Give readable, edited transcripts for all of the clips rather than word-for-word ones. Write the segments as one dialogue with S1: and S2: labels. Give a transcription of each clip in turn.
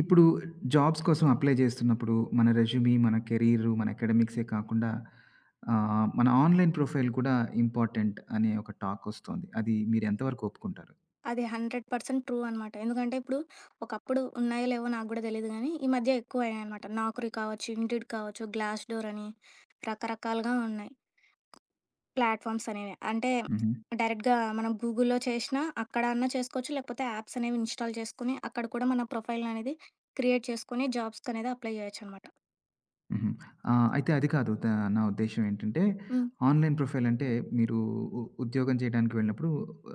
S1: ఇప్పుడు జాబ్స్ కోసం అప్లై చేస్తున్నప్పుడు మన రెజ్యూమ్, మన కెరీర్, మన అకాడెమిక్సే కాకుండా మన ఆన్‌లైన్ ప్రొఫైల్ కూడా ఇంపార్టెంట్ అనే ఒక టాక్ ఒస్తోంది. అది మీరు ఎంతవరకు ఒప్పుకుంటారు?
S2: అది 100% ట్రూ అనమాట. ఎందుకంటే ఇప్పుడు ఒకప్పుడు ఉన్నాయో లేవో నాకు గూడా తెలీదు గానీ, ఈ మధ్య ఎక్కువయ్యాయనమాట. నాక్‌రి కావచ్చు, ఇంటిడ్ కావచ్చు, గ్లాస్ డోర్ అని రకరకాలుగా ఉన్నాయి ప్లాట్‌ఫామ్స్ అనేవి. అంటే
S1: హుహు.
S2: డైరెక్ట్‌గా మనం గూగుల్‌లో చేసినా అక్కడ అన్నా చేసుకోవచ్చు. లేకపోతే యాప్స్ అనేవి ఇన్‌స్టాల్ చేసుకొని, అక్కడ కూడా మన ప్రొఫైల్ అనేది క్రియేట్ చేసుకొని జాబ్స్‌కనేది అప్లై చేయొచ్చనమాట.
S1: హుహు. అయితే అది కాదు. నా ఉద్దేశ్యం ఏంటంటే
S2: హ్మ్.
S1: ఆన్‌లైన్ ప్రొఫైల్ అంటే మీరు ఉద్యోగం చేయడానికి వెళ్ళినప్పుడు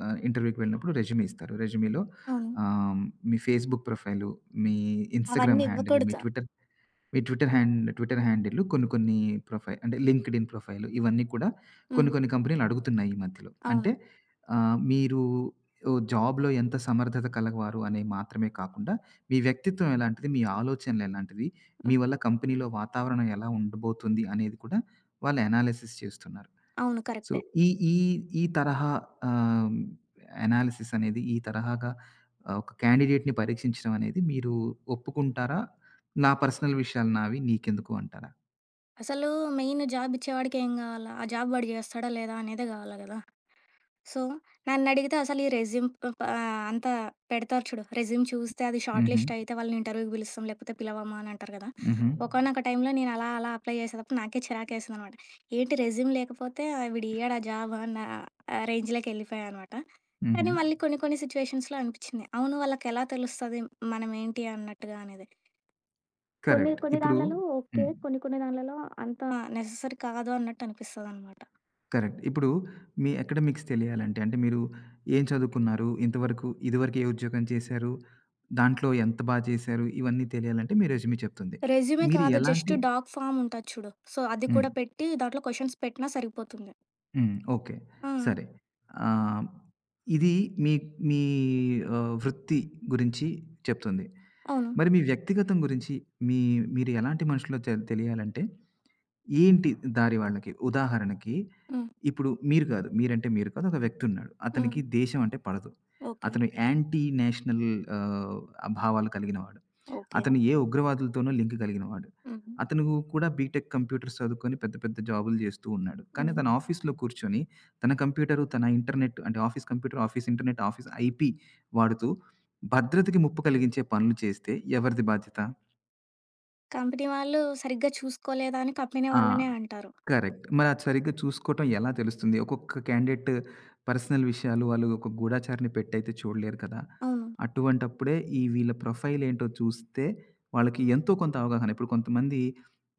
S1: ఇంటర్వ్యూకి వెళ్ళినప్పుడు రెజ్యూమ్ ఇస్తారు. రెజ్యూమ్‌లో
S2: అవును.
S1: ఆహ్, మీ ఫేస్‌బుక్ ప్రొఫైలు, మీ ఇన్‌స్టాగ్రామ్
S2: అవన్నీ
S1: హ్యాండిల్, మీ
S2: ఇవ్వకూడదు.
S1: ట్విట్టర్ మీ ట్విట్టర్ హ్యాండ్ ట్విట్టర్ హ్యాండిల్‌లు కొన్ని కొన్ని అంటే లింక్డ్ఇన్ ప్రొఫైల్ ఇవన్నీ కూడా
S2: హ్మ్.
S1: కొన్ని కొన్ని కంపెనీలు అడుగుతున్నాయి ఈ మధ్యలో. అంటే
S2: అవును.
S1: మీరు జాబ్‌లో ఎంత సమర్థత కలవారు అనే మాత్రమే కాకుండా, మీ వ్యక్తిత్వం ఎలాంటిది, మీ ఆలోచనలు ఎలాంటివి, మీ
S2: హ్మ్.
S1: వల్ల కంపెనీలో వాతావరణం ఎలా ఉండబోతుంది అనేది కూడా వాళ్ళు అనాలిసిస్ చేస్తున్నారు.
S2: అవును.
S1: సో,
S2: కరెక్టే.
S1: ఈ ఈ ఈ తరహా ఆహ్, అనాలిసిస్ అనేది ఈ తరహాగా ఒక క్యాండిడేట్‌ని పరీక్షించడం అనేది మీరు ఒప్పుకుంటారా? నా పర్సనల్ విషయాలు నావి నీకెందుకు అంటారా?
S2: అసలు మెయిన్ జాబిచ్చేవాడికి ఏం గావాలా? ఆ జాబ్ వాడు జేస్తాడా లేదా అనేదే గావాలి గదా! సో, నన్నడిగితే అసలు ఈ రెజ్యూమ్ ఆహ్, ప అంత పెడతారు చూడు. రెజ్యూమ్ చూస్తే అది షార్ట్
S1: హుహు.
S2: లిస్ట్ అయితే వాళ్ళని ఇంటర్వ్యూకి పిలుస్తాం, లేకపోతే పిలవము అని అంటారు కదా!
S1: హుహు.
S2: ఒకానొక టైంలో నేను అలా అలా అప్లై చేసేటప్పుడు నాకే చిరాకేసిందనమాట. ఏంటి రెజ్యూమ్ లేకపోతే ఆ వీడు ఇయ్యడా జాబ్ అన్న రేంజ్‌లోకి వెళ్ళిపోయా అనమాట.
S1: హుహు.
S2: కానీ మళ్ళీ కొన్ని కొన్ని సిట్యుయేషన్స్‌లో అనిపించింది. అవును వాళ్ళకెలా తెలుస్తది మనం ఏంటి అన్నట్టుగా అనేది. కొన్ని
S1: కరెక్ట్.
S2: కొన్ని
S1: ఇప్పుడు
S2: దాన్లలో ఓకే.
S1: హ్మ్.
S2: కొన్ని కొన్ని దాన్లలో అంత నెసెసరీ కాదు అన్నట్టు అనిపిస్తదనమాట.
S1: కరెక్ట్. ఇప్పుడు మీ అకాడమిక్స్ తెలియాలంటే అంటే మీరు ఏం చదువుకున్నారు? ఇంతవరకు ఇదివరకు ఏ ఉద్యోగం చేశారు? దాంట్లో ఎంత బా చేశారు? ఇవన్నీ తెలియాలంటే మీ రెజ్యూమే చెప్తుంది.
S2: రెజ్యూమే
S1: మీరు
S2: కాదు. జస్ట్
S1: ఎలాంటి
S2: డాక్ ఫార్మ్ ఉంటది చూడు. సో, అది
S1: హ్మ్.
S2: కూడా పెట్టి దాంట్లో క్వెషన్స్ పెట్టినా సరిపోతుంది.
S1: హ్మ్. ఓకే.
S2: ఆ!
S1: సరే. ఆహ్, ఇది మీ మీ వృత్తి గురించి చెప్తుంది.
S2: అవును.
S1: మరి మీ వ్యక్తిగతం గురించి మీ మీరు ఎలాంటి మనుషులో తెలియాలంటే ఏంటి దారి వాళ్ళకి? ఉదాహరణకి
S2: హ్మ్.
S1: ఇప్పుడు మీరు కాదు. మీరంటే మీరు కాదు. ఒక వ్యక్తి ఉన్నాడు.
S2: హ్మ్.
S1: అతనికి దేశం అంటే పడదు.
S2: ఓకే.
S1: అతను యాంటీ నేషనల్ ఆహ్, భావాలు కలిగినవాడు.
S2: ఓకే.
S1: అతను ఏ ఉగ్రవాదులతోనో లింక్ కలిగినవాడు.
S2: హ్మ్.
S1: అతను కూడా బీటెక్ కంప్యూటర్స్ చదువుకొని పెద్ద పెద్ద జాబులు చేస్తూ ఉన్నాడు. కానీ
S2: హ్మ్.
S1: తన ఆఫీస్‌లో కూర్చొని తన కంప్యూటరు, తన ఇంటర్నెట్ అంటే office computer, office internet, office IP వాడుతూ భద్రతకి ముప్పు కలిగించే పనులు చేస్తే ఎవరిది బాధ్యత?
S2: కంపెనీ వాళ్ళు సరిగ్గా చూసుకోలేదా అని కంపెనీ
S1: ఆ!
S2: వాళ్ళనే అంటారు.
S1: కరెక్ట్. మరి అది సరిగ్గా చూసుకోవటం ఎలా తెలుస్తుంది? ఒక్కొక్క క్యాండిడేట్ పర్సనల్ విషయాలు వాళ్ళు ఒక గూఢచారిని పెట్టయితే చూడలేరు కదా!
S2: అవును.
S1: అటువంటప్పుడే వీళ్ళ ప్రొఫైల్ ఏంటో చూస్తే వాళ్ళకి ఎంతో కొంత అవగాహన ఇప్పుడు కొంతమంది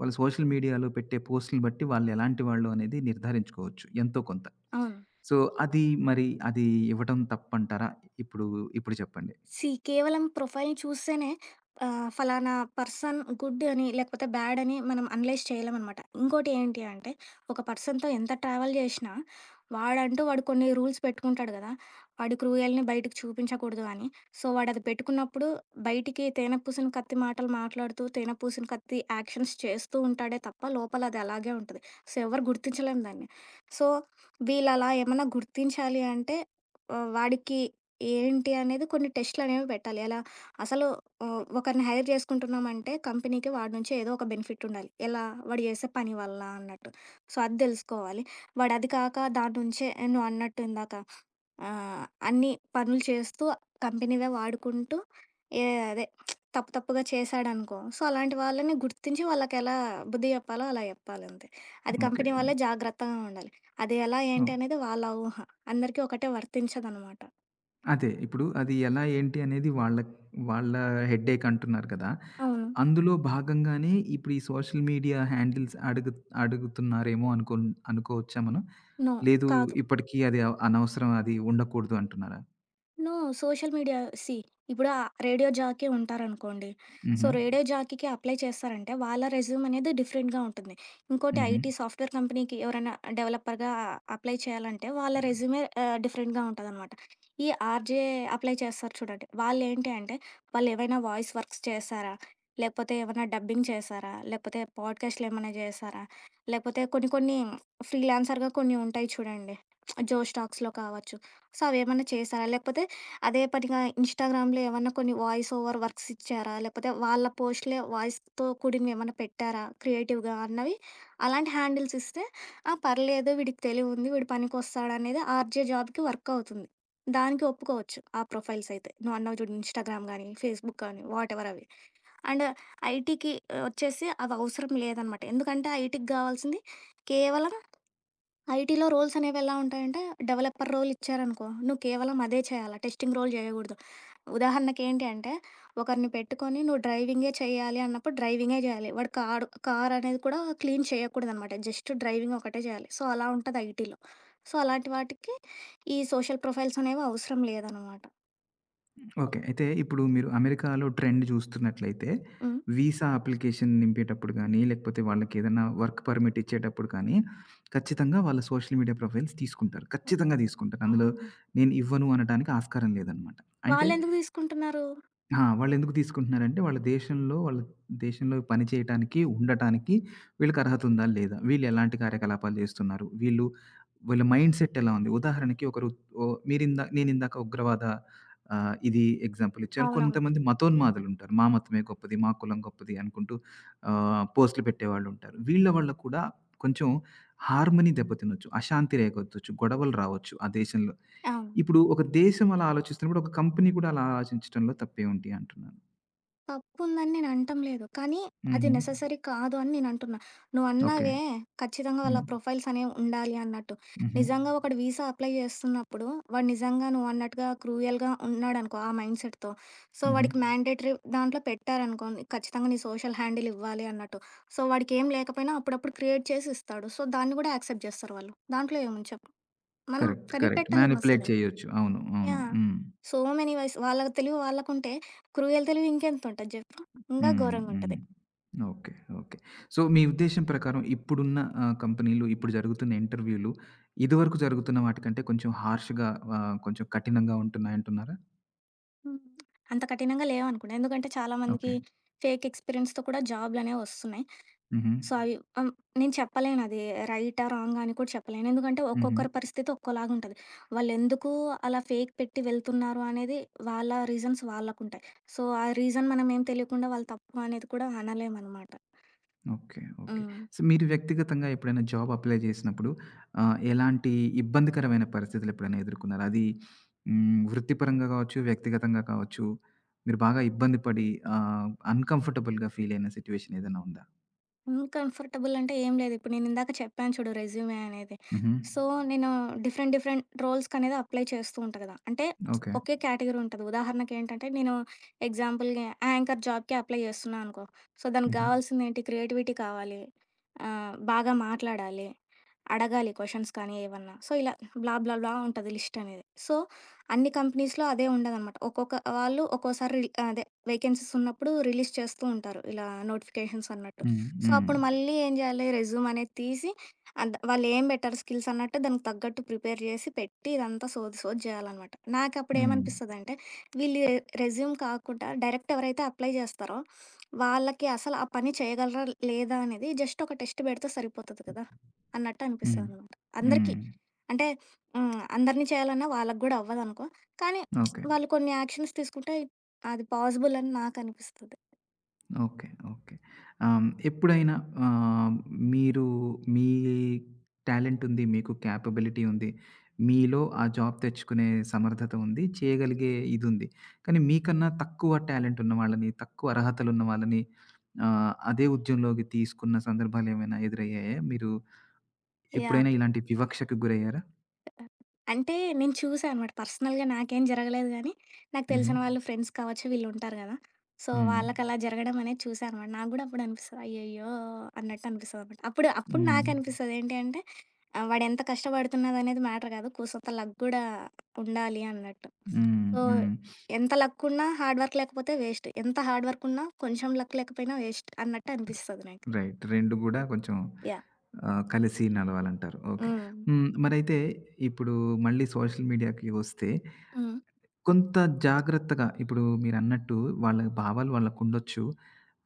S1: వాళ్ళు సోషల్ మీడియాలో పెట్టే పోస్ట్‌లని బట్టి వాళ్ళు ఎలాంటి వాళ్ళు అనేది నిర్ధారించుకోవచ్చు ఎంతో కొంత.
S2: అవును.
S1: సో, అది ఇవ్వటం తప్పంటారా? ఇప్పుడు ఇప్పుడు చెప్పండి.
S2: సీ కేవలం ప్రొఫైల్‌ని చూస్తేనే ఫలానా పర్సన్ గుడ్ అని, లేకపోతే బ్యాడ్ అని మనం అనలైజ్ చేయలేమనమాట. ఇంకోటి ఏంటి అంటే, ఒక పర్సన్‌తో ఎంత ట్రావెల్ చేషినా, వాడంటూ వాడు కొన్ని రూల్స్ పెట్టుకుంటాడు గదా! వాడి క్రూయల్‌ని బయటకి చూపించకూడదు అని. సో, వాడది పెట్టుకున్నప్పుడు బయటికి తేనెపూసిన కత్తి మాటలు మాట్లాడుతూ, తేనెపూసిన కత్తి యాక్షన్స్ చేస్తూ ఉంటాడే తప్ప, లోపల అది అలాగే ఉంటది. సో, ఎవరు గుర్తించలేం దాన్ని. సో, వీళ్ళలా ఏమన్నా గుర్తించాలి అంటే, వాడికి ఏంటి అనేది కొన్ని టెస్ట్‌లనేవి పెట్టాలి. ఎలా? అసలు ఒకరిని హైర్ చేసుకుంటున్నామంటే కంపెనీకి వాడి నుంచి ఏదో ఒక బెనిఫిట్ ఉండాలి. ఎలా? వాడు చేసే పని వల్ల అన్నట్టు. సో, అది తెలుసుకోవాలి. వాడు అది కాక దాని నుంచే నువ్వు అన్నట్టు ఇందాక అన్ని పనులు చేస్తూ కంపెనీవే వాడుకుంటూ ఏ అదే తప్పు తప్పుగా చేశాడనుకో, సో, అలాంటి వాళ్ళని గుర్తించి వాళ్ళకెలా బుద్ధి చెప్పాలో అలా చెప్పాలంతే. అది
S1: ఓకే.
S2: కంపెనీ
S1: హ్మ్.
S2: వాళ్ళే జాగ్రత్తగా ఉండాలి. అది ఎలా ఏంటి
S1: ఓహ్!
S2: అనేది వాళ్ళ ఊహ. అందరికీ ఒకటే వర్తించదనమాట.
S1: అదే. ఇప్పుడు అది ఎలా ఏంటి అనేది వాళ్ళ వాళ్ళ హెడ్‌ఏక్ అంటున్నారు కదా!
S2: అవును.
S1: అందులో భాగంగానే ఇప్పుడు ఈ సోషల్ మీడియా హ్యాండిల్స్ అడుగుతున్నారేమో అనుకోవచ్చా మనం?
S2: నో.
S1: లేదు
S2: కాదు.
S1: ఇప్పటికి అది అనవసరం అది ఉండకూడదు అంటున్నారా?
S2: నో. సోషల్ మీడియా సీ ఇప్పుడు ఆ రేడియో జాకీ ఉంటారనుకోండి. సో,
S1: హుహు.
S2: రేడియో జాకీకి అప్లై చేస్తారంటే వాళ్ళ రెజ్యూమ్ అనేది డిఫరెంట్‌గా ఉంటుంది. ఇంకోటి
S1: హుహు.
S2: ఐటీ సాఫ్ట్‌వేర్ కంపెనీకి ఎవరైనా డెవలపర్‌గా అప్లై చేయాలంటే వాళ్ళ రెజ్యూమే డిఫరెంట్‌గా ఉంటదనమాట. ఈ ఆర్‌జే అప్లై చేస్తారు చూడండి. వాళ్ళేంటి అంటే వాళ్ళేవైనా వాయిస్ వర్క్స్ చేశారా? లేకపోతే ఏమన్నా డబ్బింగ్ చేశారా? లేకపోతే పాడ్‌కాస్ట్‌లు ఏమన్నా చేశారా? లేకపోతే కొన్ని కొన్ని ఫ్రీలాన్సర్‌గా కొన్ని ఉంటాయి చూడండి. జోష్ టాక్స్‌లో కావచ్చు. సో, అవేమన్నా చేశారా? లేకపోతే అదే పనిగా ఇన్‌స్టాగ్రామ్‌లో ఏమన్నా కొన్ని వాయిస్ ఓవర్ వర్క్స్ ఇచ్చారా? లేకపోతే వాళ్ళ పోస్ట్‌లే వాయిస్‌తో కూడినవేమన్నా పెట్టారా క్రియేటివ్‌గా అన్నవి అలాంటి హ్యాండిల్స్ ఇస్తే, ఆ! పర్లేదు వీడికి తెలివుంది, వీడు పనికొస్తాడనేది ఆర్‌జే జాబ్‌కి వర్క్ అవుతుంది. దానికి ఒప్పుకోవచ్చు ఆ ప్రొఫైల్స్ అయితే. నువ్వన్నావు చూడు ఇన్‌స్టాగ్రామ్ గానీ, ఫేస్‌బుక్ గానీ, వాటెవర్ అవి. అండ్ ఐటీకి వచ్చేసి అవి అవసరం లేదనమాట. ఎందుకంటే ఐటీకి కావాల్సింది కేవలం ఐటీలో రోల్స్ అనేవి ఎలా ఉంటాయంటే, డెవలపర్ రోల్ ఇచ్చారనుకో, నువ్వు కేవలం అదే చేయాలా, టెస్టింగ్ రోల్ చేయగూడదు. ఉదాహరణకి ఏంటి అంటే, ఒకరిని పెట్టుకొని నువ్వు డ్రైవింగే చేయాలి అన్నప్పుడు డ్రైవింగే చేయాలి. వాడు కార్ అనేది కూడా క్లీన్ చేయకూడదనమాట. జస్ట్ డ్రైవింగ్ ఒకటే చేయాలి. సో, అలా ఉంటది ఐటీలో. సో, అలాంటి వాటికి ఈ సోషల్ ప్రొఫైల్స్ అనేవి అవసరం లేదనమాట.
S1: ఓకే. అయితే ఇప్పుడు మీరు అమెరికాలో ట్రెండ్ చూస్తున్నట్లయితే
S2: హ్మ్.
S1: వీసా అప్లికేషన్ నింపేటప్పుడు గానీ, లేకపోతే వాళ్ళకేదైనా వర్క్ పర్మిట్ ఇచ్చేటప్పుడు కానీ, ఖచ్చితంగా వాళ్ళ సోషల్ మీడియా ప్రొఫైల్స్ తీసుకుంటారు.
S2: ఓహ్!
S1: ఖచ్చితంగా తీసుకుంటారు. అందులో
S2: హుహు.
S1: నేను ఇవ్వను అనటానికి ఆస్కారం లేదనమాట. అంటే
S2: వాళ్ళెందుకు తీసుకుంటున్నారు?
S1: ఆ! వాళ్ళెందుకు తీసుకుంటున్నారంటే, వాళ్ళ దేశంలో పని చేయటానికి, ఉండటానికి వీళ్ళకి అర్హత ఉందా? లేదా? వీళ్ళు ఎలాంటి కార్యకలాపాలు జేస్తున్నారు? వీళ్ళు మైండ్ సెట్ ఎలా ఉంది? ఉదాహరణకి ఒకరు మీరిందా నేనిందాక ఉగ్రవాద ఇది ఎగ్జాంపుల్ ఇచ్చాను.
S2: అవునవును.
S1: కొంతమంది మతోన్మాదులుంటారు. మా మతమే గొప్పది, మా కులం గొప్పది అనుకుంటూ పోస్టులు పెట్టేవాళ్ళుంటారు. వీళ్ళ వల్ల కూడా కొంచెం హార్మనీ దెబ్బతినొచ్చు, అశాంతి రేగొచ్చు, గొడవలు రావచ్చు ఆ దేశంలో.
S2: అవును.
S1: ఇప్పుడు ఒక దేశం అలా ఆలోచిస్తున్నప్పుడు, ఒక కంపెనీ కూడా అలా ఆలోచించటంలో తప్పేముంటి అంటున్నాను.
S2: తప్పు ఉందని నేను అనటం లేదు. కానీ అది
S1: హుహు.
S2: నెసెసరీ కాదు అని నేను అంటున్నా.
S1: ఓకే.
S2: నువ్వన్నావే ఖచ్చితంగా వాళ్ళ
S1: హ్మ్.
S2: ప్రొఫైల్స్ అనేవి ఉండాలి అన్నట్టు.
S1: హుహు.
S2: నిజంగా ఒకడు వీసా అప్లై చేస్తున్నప్పుడు వాడు నిజంగా నువ్వన్నట్టుగా క్రూయల్‌గా ఉన్నాడనుకో ఆ మైండ్ సెట్‌తో. సో,
S1: హుహు.
S2: వాడికి మ్యాండేటరీ దాంట్లో పెట్టారనుకో ఖచ్చితంగా నీ సోషల్ హ్యాండిల్ ఇవ్వాలి అన్నట్టు. సో, వాడికేం లేకపోయినా అప్పుడప్పుడు క్రియేట్ చేసి ఇస్తాడు. సో, దాన్ని కూడా యాక్సెప్ట్ చేస్తారు వాళ్ళు. దాంట్లో ఏముంది చెప్పు? మనం
S1: కరెక్ట్. కరెక్ట్. మానిప్యులేట్
S2: కనిపెట్టలేమసల.
S1: చేయొచ్చు. అవును. అవును.
S2: యాహ్!
S1: హ్మ్.
S2: సో మెనీ వైస్ వాళ్ళ తెలివి వాళ్ళకుంటే, క్రూయల్ తెలివి ఇంకెంతుంటది జెప్పు? ఇంకా
S1: హ్మ్. హ్మ్.
S2: ఘోరంగుంటది.
S1: ఓకే. ఓకే. సో, మీ ఉద్దేశ్యం ప్రకారం ఇప్పుడున్న కంపెనీలు, ఇప్పుడు జరుగుతున్న ఇంటర్వ్యూలు, ఇదివరకు జరుగుతున్న వాటికంటే కొంచెం హార్ష్‌గా కొంచెం కఠినంగా ఉంటున్నాయంటున్నారా?
S2: హ్మ్. అంత కఠినంగా లేవనుకుంటా. ఎందుకంటే చాలా మందికి
S1: ఓకే.
S2: ఫేక్ ఎక్స్‌పీరియన్స్‌తో కూడా జాబ్‌లనేవి వస్తున్నాయి.
S1: హుహు.
S2: సో, అవి ఆహ్, నేను చెప్పలేను అది రైటా? రాంగా? అని కూడా చెప్పలేను. ఎందుకంటే
S1: హుహు.
S2: ఒక్కొక్కరి పరిస్థితి ఒక్కోలాగుంటది. వాళ్ళెందుకు అలా ఫేక్ పెట్టి వెళ్తున్నారు అనేది వాళ్ళ రీజన్స్ వాళ్ళకుంటాయి. సో, ఆ రీజన్ మనమేం తెలియకుండా వాళ్ళు తప్పు అనేది కూడా అనలేమనమాట.
S1: ఓకే. ఓకే.
S2: హ్మ్.
S1: సో, మీరు వ్యక్తిగతంగా ఎప్పుడైనా జాబ్ అప్లై చేసినప్పుడు ఎలాంటి ఇబ్బందికరమైన పరిస్థితులు ఎప్పుడైనా ఎదుర్కొన్నారా? అది హ్మ్. వృత్తిపరంగా కావచ్చు, వ్యక్తిగతంగా కావచ్చు. మీరు బాగా ఇబ్బంది పడి అన్‌కంఫర్టబుల్‌గా ఫీల్ అయిన సిట్యుయేషన్ ఏదైనా ఉందా?
S2: అన్‌కంఫర్టబుల్ అంటే ఏం లేదు. ఇప్పుడు నేనిందాక చెప్పాను చూడు రెజ్యూమే అనేది.
S1: హుహు.
S2: సో, నేను డిఫరెంట్ డిఫరెంట్ రోల్స్‌కనేది అప్లై చేస్తూ ఉంటా కదా! అంటే
S1: ఓకే.
S2: ఒకే కేటగిరీ ఉంటది. ఉదాహరణకేంటంటే, నేను ఎగ్జాంపుల్‌గా యాంకర్ జాబ్‌కి అప్లై చేస్తున్నా అనుకో. సో, దానికి
S1: హుహు.
S2: గావాల్సిందేంటి క్రియేటివిటీ కావాలి. బాగా మాట్లాడాలి. అడగాలి క్వెషన్స్ కానీ ఏవన్నా. సో, ఇలా బ్లా బ్లా బ్లా ఉంటది లిస్ట్ అనేది. సో, అన్ని కంపెనీస్‌లో అదే ఉండదనమాట. ఒక్కొక్క వాళ్ళు ఒక్కోసారి అదే వేకెన్సీస్ ఉన్నప్పుడు రిలీజ్ చేస్తూ ఉంటారు. ఇలా నోటిఫికేషన్స్ అన్నట్టు.
S1: హ్మ్.
S2: సో,
S1: హ్మ్.
S2: అప్పుడు మళ్ళీ ఏం జేయాలి రెజ్యూమ్ అనేది తీసి వాళ్ళేం బెటర్ స్కిల్స్ అన్నట్టు దానికి తగ్గట్టు ప్రిపేర్ జేసి పెట్టి ఇదంతా సోది సోది జేయాలనమాట. నాకప్పుడు
S1: హ్మ్.
S2: ఏమనిపిస్తదంటే వీళ్ళు రెజ్యూమ్ కాకుండా డైరెక్ట్ ఎవరైతే అప్లై జేస్తారో వాళ్ళకి అసలు ఆ పని చేయగలరా లేదా అనేది జస్ట్ ఒక టెస్ట్ బెడితే సరిపోతది కదా! అన్నట్టు
S1: హ్మ్.
S2: అనిపిస్తదనమాట. అందరికీ.
S1: హ్మ్.
S2: అంటే హ్మ్. అందరిని చేయాలన్నా వాళ్ళకి గూడా అవ్వదనుకో. కానీ
S1: ఓకే.
S2: వాళ్ళు కొన్ని యాక్షన్స్ తీసుకుంటే అది పాసిబుల్ అని నాకనిపిస్తది.
S1: ఓకే. ఓకే. ఎప్పుడైనా ఆహ్, మీరు మీ టాలెంట్ ఉంది. మీకు కేపబిలిటీ ఉంది. మీలో ఆ జాబ్ తెచ్చుకునే సమర్థత ఉంది. చేయగలిగే ఇదుంది. కానీ మీకన్నా తక్కువ టాలెంట్ ఉన్న వాళ్ళని, తక్కువ అర్హతలున్న వాళ్ళని అదే ఉద్యమంలోకి తీసుకున్న సందర్భాలేమైనా ఎదురయ్యాయా? మీరు
S2: యాహ్!
S1: ఎప్పుడైనా ఇలాంటి వివక్షకు గురయ్యారా?
S2: అంటే నేను చూసా అనమాట. పర్సనల్‌గా నాకేం జరగలేదు గానీ, నాకు
S1: హుహు.
S2: తెలిసిన వాళ్ళు ఫ్రెండ్స్ కావచ్చు వీళ్ళుంటారు గదా! సో,
S1: హ్మ్.
S2: వాళ్ళకలా జరగడం అనేది చూసా అనమాట. నాకు గూడా అప్పుడు అనిపిస్తది. అయ్యయ్యో! అన్నట్టు అనిపిస్తదనమాట. అప్పుడు అప్పుడు
S1: హ్మ్.
S2: నాకనిపిస్తది ఏంటి అంటే వాడెంత కష్టపడుతున్నాడనేది మ్యాటర్ గాదు. కూసంత లక్ గూడా ఉండాలి అన్నట్టు.
S1: హ్మ్.
S2: సో,
S1: హ్మ్.
S2: ఎంత లక్కున్నా హార్డ్ వర్క్ లేకపోతే వేస్ట్. ఎంత హార్డ్ వర్కున్నా, కొంచెం లక్ లేకపోయినా వేస్ట్ అన్నట్టు అనిపిస్తది నాకు.
S1: రైట్. 2 గూడా కొంచెం
S2: యాహ్!
S1: కలిసి నడవాలంటారు. ఓకే.
S2: హ్మ్.
S1: హ్మ్. మరైతే ఇప్పుడు మళ్ళీ సోషల్ మీడియాకి వస్తే
S2: హ్మ్.
S1: కొంత జాగ్రత్తగా ఇప్పుడు మీరన్నట్టు వాళ్ళ భావాలు వాళ్ళకుండొచ్చు.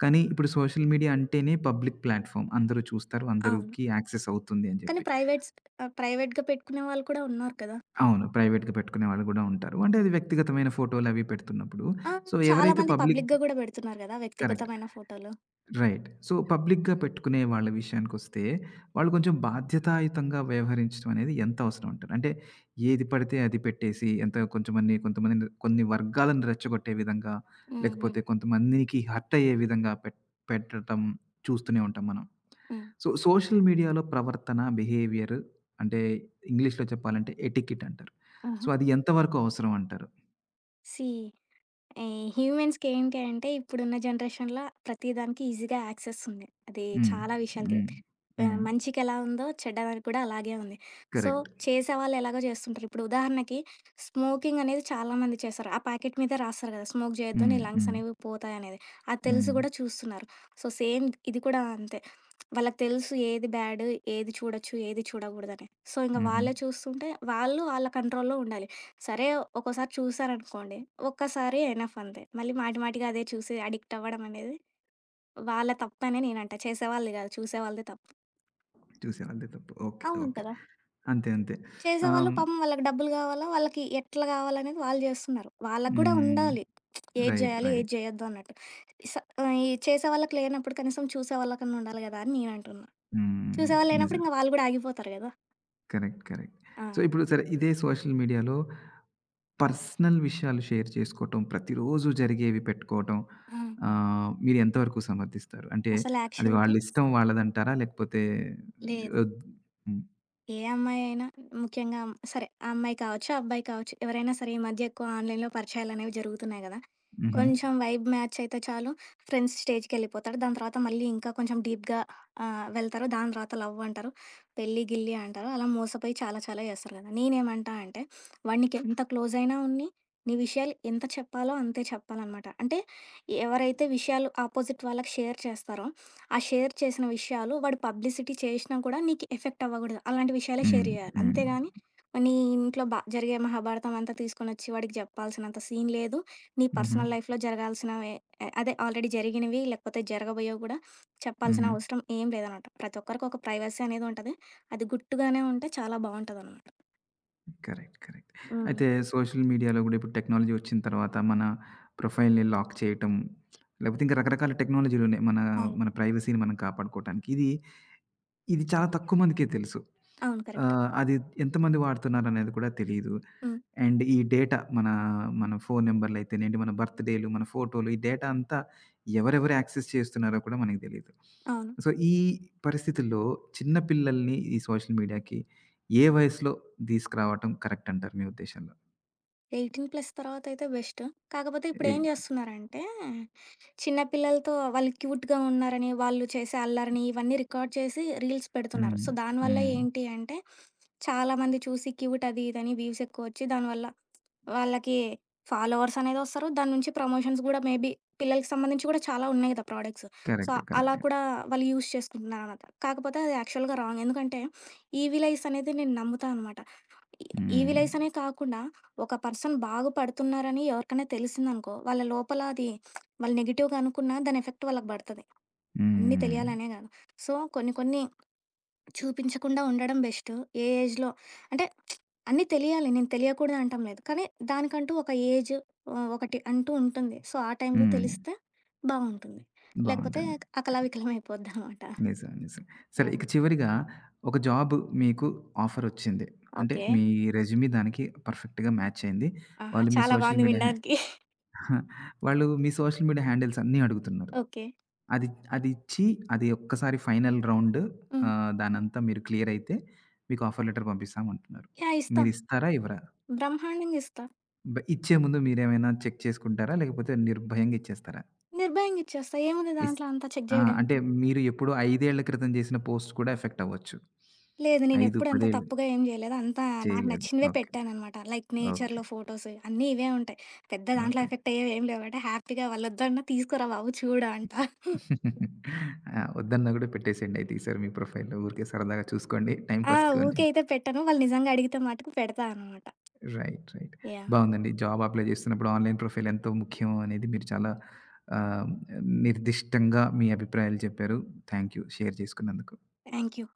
S1: కానీ ఇప్పుడు సోషల్ మీడియా అంటేనే పబ్లిక్ ప్లాట్‌ఫార్మ్. అందరూ చూస్తారు.
S2: అవును.
S1: అందరికి యాక్సెస్ అవుతుంది అని
S2: కానీ
S1: జెప్పి.
S2: ప్రైవేట్‌గా పెట్టుకునే వాళ్ళు కూడా ఉన్నారు కదా!
S1: అవును. ప్రైవేట్‌గా పెట్టుకునే వాళ్ళు గూడా ఉంటారు. అంటే అది వ్యక్తిగతమైన ఫోటోలవి పెడుతున్నప్పుడు.
S2: ఆ!
S1: సో,
S2: చాలా
S1: ఎవరైతే
S2: మంది
S1: పబ్లిక్
S2: పబ్లిక్‌గా గూడా పెడుతున్నారు గదా!
S1: కరెక్ట్.
S2: వ్యక్తిగతమైన ఫోటోలు.
S1: రైట్. సో, పబ్లిక్‌గా పెట్టుకునే వాళ్ళ విషయానికొస్తే, వాళ్ళు కొంచెం బాధ్యతాయుతంగా వ్యవహరించడం అనేది ఎంత అవసరం అంటారు? అంటే ఏది పడితే అది పెట్టేసి, ఎంత కొంచెమని కొంతమందిని కొన్ని వర్గాలను రెచ్చగొట్టే విధంగా,
S2: హ్మ్. హ్మ్.
S1: లేకపోతే కొంతమందికి హర్ట్ అయ్యే విధంగా పెట్టటం చూస్తూనే ఉంటాం మనం.
S2: హ్మ్.
S1: సో, సోషల్ మీడియాలో ప్రవర్తన, బిహేవియర్ అంటే ఇంగ్లీష్‌లో చెప్పాలంటే ఎటికెట్ అంటారు. సో,
S2: ఆహా!
S1: అది ఎంత వరకు అవసరం అంటారు?
S2: సీ హ్యూమన్స్‌కి ఏంటి అంటే ఇప్పుడున్న జనరేషన్‌లో ప్రతి దానికి ఈజీగా యాక్సెస్ ఉంది. అది
S1: హ్మ్.
S2: చాలా విషయాలకి.
S1: హ్మ్. హ్మ్.
S2: మంచికి ఎలా ఉందో చెడ్డదానికి కూడా అలాగే ఉంది. So,
S1: correct.
S2: చేసేవాళ్ళు ఎలాగో చేస్తుంటారు. ఇప్పుడు ఉదాహరణకి స్మోకింగ్ అనేది చాలామంది చేస్తారు. ఆ ప్యాకెట్ మీద రాస్తారు కదా! స్మోక్ చేయొద్దు నీ
S1: హ్మ్.
S2: లంగ్స్
S1: హ్మ్.
S2: అనేవి పోతాయనేది. అది తెలిసి
S1: హ్మ్.
S2: కూడా చూస్తున్నారు. సో, సేమ్ ఇది కూడా అంతే. వాళ్ళకి తెలుసు ఏది బ్యాడ్, ఏది చూడొచ్చు, ఏది చూడకూడదని. సో, ఇంక
S1: హుహు.
S2: వాళ్ళే చూస్తుంటే వాళ్ళు వాళ్ళ కంట్రోల్‌లో ఉండాలి. సరే ఒక్కోసారి చూసారనుకోండి. ఒక్కసారి ఎనఫ్ అంతే. మళ్ళీ మాటి మాటిగా అదే చూసి అడిక్ట్ అవ్వడం అనేది వాళ్ళ తప్పనే నేనంట. చేసేవాళ్ళది గాదు. చూసేవాళ్ళదే తప్పు.
S1: చూసాం. అంతే తప్పు. ఓకే.
S2: అవును
S1: ఓకే.
S2: కదా!
S1: అంతే. అంతే.
S2: చేసేవాళ్ళు
S1: ఆహ్,
S2: పాపం వాళ్ళకి డబ్బులు గావాలా, వాళ్ళకి ఎట్లా గావాలనేది వాళ్ళు జేస్తున్నారు. వాళ్ళకి గూడా
S1: హ్మ్.
S2: ఉండాలి. ఏది
S1: రైట్.
S2: జేయాలి, ఏది
S1: రైట్.
S2: జేయొద్దు అన్నట్టు. స ఈ చేసేవాళ్ళకి లేనప్పుడు కనీసం చూసేవాళ్ళకన్నా ఉండాలి గదా! అని నేనంటున్నా.
S1: హ్మ్.
S2: చూసేవాళ్ళు లేనప్పుడు
S1: నిజం.
S2: ఇంక వాళ్ళు గూడా ఆగిపోతారు గదా!
S1: కరెక్ట్. కరెక్ట్.
S2: ఆ!
S1: సో, ఇప్పుడు సరే ఇదే సోషల్ మీడియాలో పర్సనల్ విషయాలు షేర్ చేసుకోవటం, ప్రతిరోజు జరిగేవి పెట్టుకోవటం
S2: ఆ!
S1: మీరు ఎంతవరకు సమర్థిస్తారు? అంటే
S2: అసలు
S1: అది వాళ్ళ
S2: యాక్చువల్‌గా
S1: ఇష్టం వాళ్ళదంటారా? లేకపోతే
S2: లేదు.
S1: ఒద్ హ్మ్.
S2: ఏ అమ్మాయి అయినా ముఖ్యంగా సరే ఆ అమ్మాయి కావచ్చు, ఆ అబ్బాయి కావచ్చు. ఎవరైనా సరే ఈ మధ్య ఎక్కువ ఆన్‌లైన్‌లో పరిచయాలనేవి జరుగుతున్నాయి గదా!
S1: హుహు.
S2: కొంచెం వైబ్ మ్యాచ్ అయితే చాలు ఫ్రెండ్స్ స్టేజ్‌కెళ్ళిపోతారు. దాని తర్వాత మళ్ళీ ఇంకా కొంచెం డీప్‌గా వెళ్తారు. దాని తర్వాత లవ్ అంటారు. పెళ్లి, గిల్లి అంటారు. అలా మోసపోయి చాలా చాలా చేస్తారు గదా! నేనేమంటా అంటే వాడికి ఎంత క్లోజ్ అయినా ఉన్ని, నీ విషయాలు ఎంత చెప్పాలో అంతే చెప్పాలనమాట. అంటే ఎవరైతే విషయాలు ఆపోజిట్ వాళ్ళకి షేర్ చేస్తారో ఆ షేర్ చేసిన విషయాలు వాడు పబ్లిసిటీ చేషినా కూడా నీకు ఎఫెక్ట్ అవ్వగూడదు. అలాంటి విషయాలే
S1: హ్మ్.
S2: షేర్ జేయాలి.
S1: హ్మ్.
S2: అంతేగాని నీ ఇంట్లో జరిగే మహాభారతం అంతా తీసుకొనొచ్చి వాడికి జెప్పాల్సినంత సీన్ లేదు. నీ
S1: హుహు.
S2: పర్సనల్ లైఫ్‌లో జరగాల్సినవే అదే ఆల్రెడీ జరిగినవి లేకపోతే జరగబోయేవి గూడా చెప్పాల్సిన
S1: హుహు.
S2: అవసరం ఏం లేదనమాట. ప్రతి ఒక్కరికి ఒక ప్రైవసీ అనేది ఉంటది. అది గుట్టుగానే ఉంటే చాలా బావుంటదనమాట.
S1: కరెక్ట్. కరెక్ట్.
S2: హ్మ్.
S1: అయితే సోషల్ మీడియాలో గూడా ఇప్పుడు టెక్నాలజీ వచ్చిన తర్వాత మన ప్రొఫైల్‌ని లాక్ చేయటం, లేపోతే ఇంకా రకరకాల టెక్నాలజీలున్నాయి. మన
S2: అవును.
S1: మన ప్రైవసీని మనం కాపాడుకోవటానికి. ఇది ఇది చాలా తక్కువ మందికే తెలుసు.
S2: అవును. కరెక్ట్.
S1: అది ఎంతమంది వాడుతున్నారనేది కూడా తెలీదు.
S2: హ్మ్.
S1: అండ్ ఈ డేటా మన మన ఫోను నంబర్‌లయితేనేంటి, మన బర్త్ డేలు, మన ఫోటోలు ఈ డేటా అంతా ఎవరెవరు యాక్సెస్ చేస్తున్నారో కూడా మనకు తెలీదు.
S2: అవును.
S1: సో, ఈ పరిస్థితుల్లో చిన్న పిల్లల్ని ఈ సోషల్ మీడియాకి ఏ వయసులో తీసుకురావటం కరెక్ట్ అంటారు మీ ఉద్దేశంలో?
S2: 18 ప్లస్ తర్వాతయితే బెస్ట్. కాకపోతే
S1: ఎయ్
S2: ఇప్పుడేం జేస్తున్నారంటే చిన్న పిల్లలతో వాళ్ళు క్యూట్‌గా ఉన్నారని, వాళ్ళు చేసే అల్లరిని ఇవన్నీ రికార్డ్ చేసి రీల్స్ పెడుతున్నారు.
S1: హ్మ్.
S2: సో, దానివల్ల
S1: హ్మ్.
S2: ఏంటి అంటే, చాలామంది చూసి క్యూట్ అది ఇదని వ్యూస్ ఎక్కువొచ్చి దానివల్ల వాళ్ళకి ఫాలోవర్స్ అనేదొస్తారు. దాని నుంచి ప్రమోషన్స్ గూడా మేబీ పిల్లలకి సంబంధించి కూడా చాలా ఉన్నాయి కదా ప్రొడక్ట్స్. సో,
S1: కరెక్టే.
S2: అలా
S1: కరెక్టే.
S2: కూడా వాళ్ళు యూజ్ చేసుకుంటున్నారనమాట. కాకపోతే అది యాక్చువల్‌గా రాంగ్. ఎందుకంటే, ఈ విలైస్ అనేది నేను నమ్ముతా అనమాట. ఈ
S1: హ్మ్.
S2: విలేజ్ అనే కాకుండా ఒక పర్సన్ బాగుపడుతున్నారని ఎవరికైనా తెలిసిందనుకో, వాళ్ళ లోపల అది వాళ్ళు నెగెటివ్‌గా అనుకున్నా దాని ఎఫెక్ట్ వాళ్ళకి పడతది. అన్నీ
S1: హ్మ్.
S2: తెలియాలనే కాదు. సో, కొన్ని కొన్ని చూపించకుండా ఉండడం బెస్ట్. ఏ ఏజ్‌లో అంటే అన్నీ తెలియాలి. నేను తెలియకూడదు అనటం లేదు. కానీ దానికంటూ ఒక ఏజ్ ఒకటి అంటూ ఉంటుంది. సో, ఆ టైంలో
S1: హ్మ్.
S2: తెలిస్తే బావుంటుంది. లేకపోతే
S1: బావుంటుంది.
S2: అకలావికలం అయిపోద్దనమాట.
S1: నిజం. నిజం. సరే
S2: యాహ్!
S1: ఇక చివరిగా ఒక జాబ్ మీకు ఆఫరొచ్చింది. అంటే
S2: ఓకే.
S1: మీ రెజ్యూమ్ దానికి పర్ఫెక్ట్‌గా మ్యాచ్ అయింది.
S2: ఆహా!
S1: వాళ్ళు మీ
S2: చాలా
S1: సోషల్
S2: బావుంది
S1: మీడియా హ్యా
S2: వినడానికి.
S1: వాళ్ళు మీ సోషల్ మీడియా హ్యాండిల్స్ అన్నీ అడుగుతున్నారు.
S2: ఓకే.
S1: అది అది ఇచ్చి అది ఒక్కసారి ఫైనల్ రౌండ్
S2: హ్మ్.
S1: దానంతా మీరు క్లియర్ అయితే మీకు ఆఫర్ లెటర్ పంపిస్తామంటున్నారు.
S2: యాహ్! ఇస్తా.
S1: మీరిస్తారా? ఇవ్వరా?
S2: బ్రహ్మాండంగా ఇస్తా.
S1: ఇచ్చే ముందు మీరేమైనా చెక్ చేసుకుంటారా? లేకపోతే నిర్భయంగా ఇచ్చేస్తారా?
S2: నిర్భయంగా ఇచ్చేస్తా. ఏముంది
S1: ఇస్
S2: దాంట్లో అంతా చెక్
S1: ఆ! అంటే
S2: జేయడానికి.
S1: మీరు ఎప్పుడు 5 ఏళ్ల క్రితం చేసిన పోస్ట్ కూడా ఎఫెక్ట్ అవ్వచ్చు.
S2: లేదు
S1: 5,
S2: నేనెప్పుడు అంత
S1: 10 ఏళ్ళు
S2: తప్పుగా ఏం జేయలేదు. అంతా నాకు
S1: చేయలేదు.
S2: నచ్చినవే
S1: ఓకే.
S2: పెట్టాననమాట. Like
S1: okay.
S2: నేచర్‌లో ఫోటోస్ అన్నీ ఇవే ఉంటాయి. పెద్ద దాంట్లో
S1: ఓకే.
S2: ఎఫెక్ట్ అయ్యేవి ఏం లేవంటే హ్యాపీగా వాళ్ళొద్దన్నా తీసుకురా బాబు చూడు అంట.
S1: ఆ! వద్దన్నా కూడా పెట్టేసేయండి అయితే ఈసారి మీ ప్రొఫైల్‌లో. ఊరికే సరదాగా చూసుకోండి. టైమ్
S2: ఆ!
S1: పాస్‌కి అని
S2: ఊకే
S1: చెప్పి.
S2: అయితే పెట్టను. వాళ్ళు నిజంగా అడిగితే మటుకు పెడతా అనమాట.
S1: రైట్. రైట్.
S2: యాహ్!
S1: బావుందండి. జాబ్ అప్లై చేస్తున్నప్పుడు ఆన్‌లైన్ ప్రొఫైల్ ఎంతో ముఖ్యం అనేది మీరు చాలా ఆహ్, నిర్దిష్టంగా మీ అభిప్రాయాలు చెప్పారు. థాంక్ యూ షేర్ చేసుకున్నందుకు.
S2: Thank you.